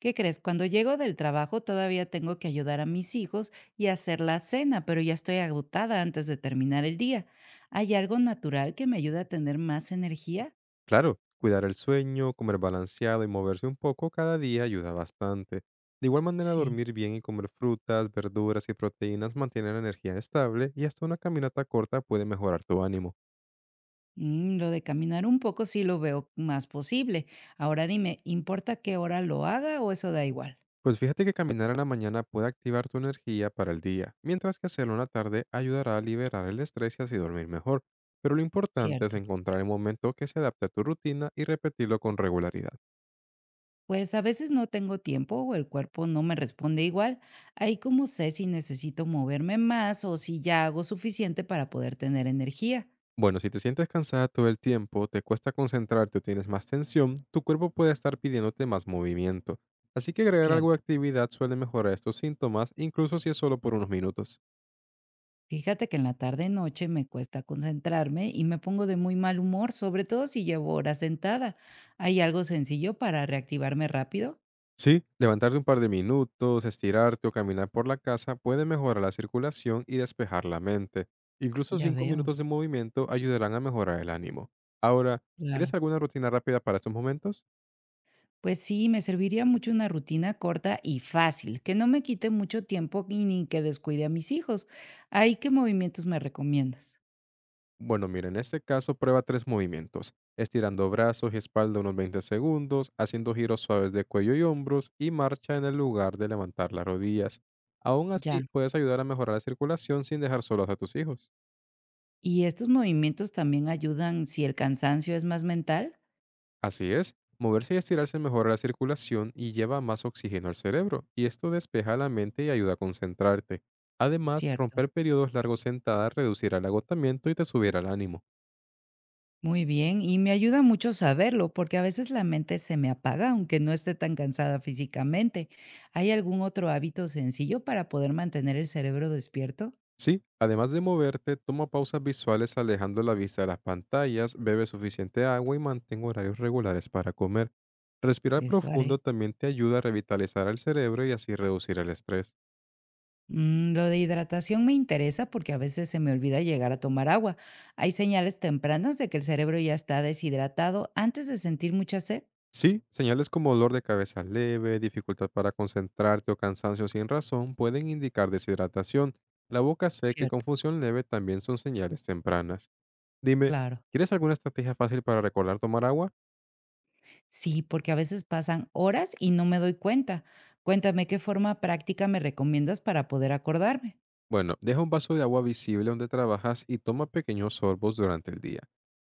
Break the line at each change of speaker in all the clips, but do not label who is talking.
¿Qué crees? Cuando llego del trabajo todavía tengo que ayudar a mis hijos y hacer la cena, pero ya estoy agotada antes de terminar el día. ¿Hay algo natural que me ayude a tener más energía?
Claro, cuidar el sueño, comer balanceado y moverse un poco cada día ayuda bastante. De igual manera,
Sí.
dormir bien y comer frutas, verduras y proteínas mantiene la energía estable y hasta una caminata corta puede mejorar tu ánimo.
Mm, lo de caminar un poco sí lo veo más posible. Ahora dime, ¿importa qué hora lo haga o eso da igual?
Pues fíjate que caminar en la mañana puede activar tu energía para el día, mientras que hacerlo en la tarde ayudará a liberar el estrés y así dormir mejor. Pero lo importante es
Cierto.
encontrar el momento que se adapte a tu rutina y repetirlo con regularidad.
Pues a veces no tengo tiempo o el cuerpo no me responde igual. Ahí como sé si necesito moverme más o si ya hago suficiente para poder tener energía.
Bueno, si te sientes cansada todo el tiempo, te cuesta concentrarte o tienes más tensión, tu cuerpo puede estar pidiéndote más movimiento. Así que agregar algo de
Cierto.
actividad suele mejorar estos síntomas, incluso si es solo por unos minutos.
Fíjate que en la tarde-noche me cuesta concentrarme y me pongo de muy mal humor, sobre todo si llevo horas sentada. ¿Hay algo sencillo para reactivarme rápido?
Sí, levantarte un par de minutos, estirarte o caminar por la casa puede mejorar la circulación y despejar la mente. Incluso
Ya
cinco
veo,
minutos de movimiento ayudarán a mejorar el ánimo. Ahora, ¿quieres
claro.
alguna rutina rápida para estos momentos?
Pues sí, me serviría mucho una rutina corta y fácil, que no me quite mucho tiempo y ni que descuide a mis hijos. ¿Ahí qué movimientos me recomiendas?
Bueno, mira, en este caso prueba tres movimientos, estirando brazos y espalda unos 20 segundos, haciendo giros suaves de cuello y hombros y marcha en el lugar de levantar las rodillas. Aún
Ya.
así, puedes ayudar a mejorar la circulación sin dejar solos a tus hijos.
¿Y estos movimientos también ayudan si el cansancio es más mental?
Así es, moverse y estirarse mejora la circulación y lleva más oxígeno al cerebro, y esto despeja la mente y ayuda a concentrarte. Además,
Cierto.
romper periodos largos sentada reducirá el agotamiento y te subirá el ánimo.
Muy bien, y me ayuda mucho saberlo, porque a veces la mente se me apaga, aunque no esté tan cansada físicamente. ¿Hay algún otro hábito sencillo para poder mantener el cerebro despierto?
Sí, además de moverte, toma pausas visuales alejando la vista de las pantallas, bebe suficiente agua y mantén horarios regulares para comer. Respirar
Eso haré.
profundo también te ayuda a revitalizar el cerebro y así reducir el estrés.
Mm, lo de hidratación me interesa porque a veces se me olvida llegar a tomar agua. ¿Hay señales tempranas de que el cerebro ya está deshidratado antes de sentir mucha sed?
Sí, señales como dolor de cabeza leve, dificultad para concentrarte o cansancio sin razón pueden indicar deshidratación. La boca seca y
Cierto,
confusión leve también son señales tempranas. Dime,
claro.
¿quieres alguna estrategia fácil para recordar tomar agua?
Sí, porque a veces pasan horas y no me doy cuenta. Cuéntame qué forma práctica me recomiendas para poder acordarme.
Bueno, deja un vaso de agua visible donde trabajas y toma pequeños sorbos durante el día.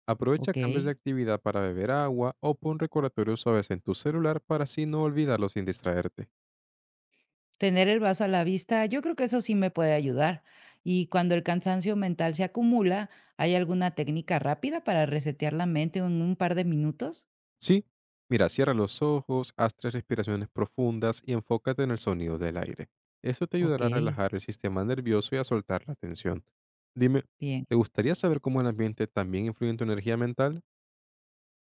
Aprovecha
Ok.
cambios de actividad para beber agua o pon recordatorios suaves en tu celular para así no olvidarlo sin distraerte.
Tener el vaso a la vista, yo creo que eso sí me puede ayudar. Y cuando el cansancio mental se acumula, ¿hay alguna técnica rápida para resetear la mente en un par de minutos?
Sí, mira, cierra los ojos, haz tres respiraciones profundas y enfócate en el sonido del aire. Esto te
Ok,
ayudará a relajar el sistema nervioso y a soltar la tensión. Dime,
bien.
¿te gustaría saber cómo el ambiente también influye en tu energía mental?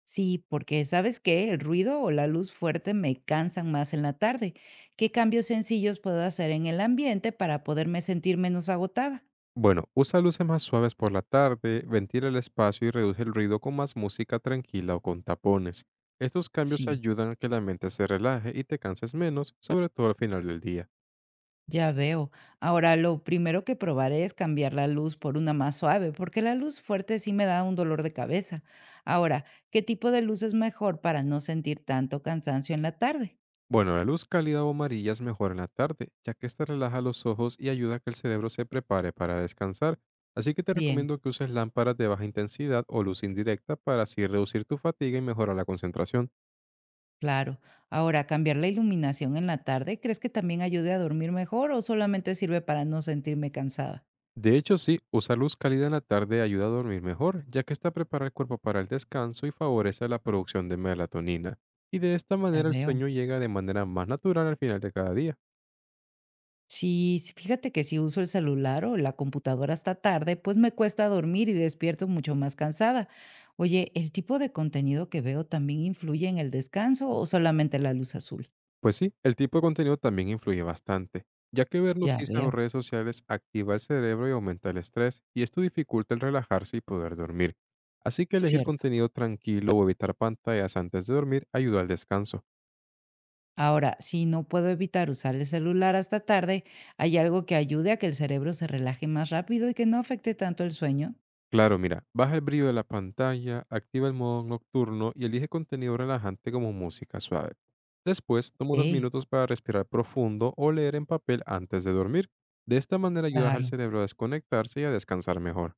Sí, porque ¿sabes qué? El ruido o la luz fuerte me cansan más en la tarde. ¿Qué cambios sencillos puedo hacer en el ambiente para poderme sentir menos agotada?
Bueno, usa luces más suaves por la tarde, ventila el espacio y reduce el ruido con más música tranquila o con tapones. Estos cambios
Sí.
ayudan a que la mente se relaje y te canses menos, sobre todo al final del día.
Ya veo. Ahora, lo primero que probaré es cambiar la luz por una más suave, porque la luz fuerte sí me da un dolor de cabeza. Ahora, ¿qué tipo de luz es mejor para no sentir tanto cansancio en la tarde?
Bueno, la luz cálida o amarilla es mejor en la tarde, ya que esta relaja los ojos y ayuda a que el cerebro se prepare para descansar. Así que te
Bien,
recomiendo que uses lámparas de baja intensidad o luz indirecta para así reducir tu fatiga y mejorar la concentración.
claro. Ahora, ¿cambiar la iluminación en la tarde crees que también ayude a dormir mejor o solamente sirve para no sentirme cansada?
De hecho, sí, usar luz cálida en la tarde ayuda a dormir mejor, ya que está prepara el cuerpo para el descanso y favorece la producción de melatonina. Y de esta
Ya
manera el
veo.
sueño llega de manera más natural al final de cada día.
Sí, sí, fíjate que si uso el celular o la computadora hasta tarde, pues me cuesta dormir y despierto mucho más cansada. Oye, ¿el tipo de contenido que veo también influye en el descanso o solamente la luz azul?
Pues sí, el tipo de contenido también influye bastante, ya que ver
Ya
noticias o
veo,
redes sociales activa el cerebro y aumenta el estrés, y esto dificulta el relajarse y poder dormir. Así que elegir
cierto.
contenido tranquilo o evitar pantallas antes de dormir ayuda al descanso.
Ahora, si no puedo evitar usar el celular hasta tarde, ¿hay algo que ayude a que el cerebro se relaje más rápido y que no afecte tanto el sueño?
Claro, mira, baja el brillo de la pantalla, activa el modo nocturno y elige contenido relajante como música suave. Después, toma unos
Ey,
minutos para respirar profundo o leer en papel antes de dormir. De esta manera ayudas al
claro.
cerebro a desconectarse y a descansar mejor.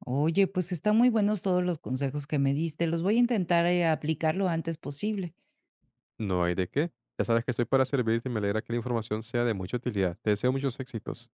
Oye, pues están muy buenos todos los consejos que me diste. Los voy a intentar aplicar lo antes posible.
No hay de qué. Ya sabes que estoy para servirte y me alegra que la información sea de mucha utilidad. Te deseo muchos éxitos.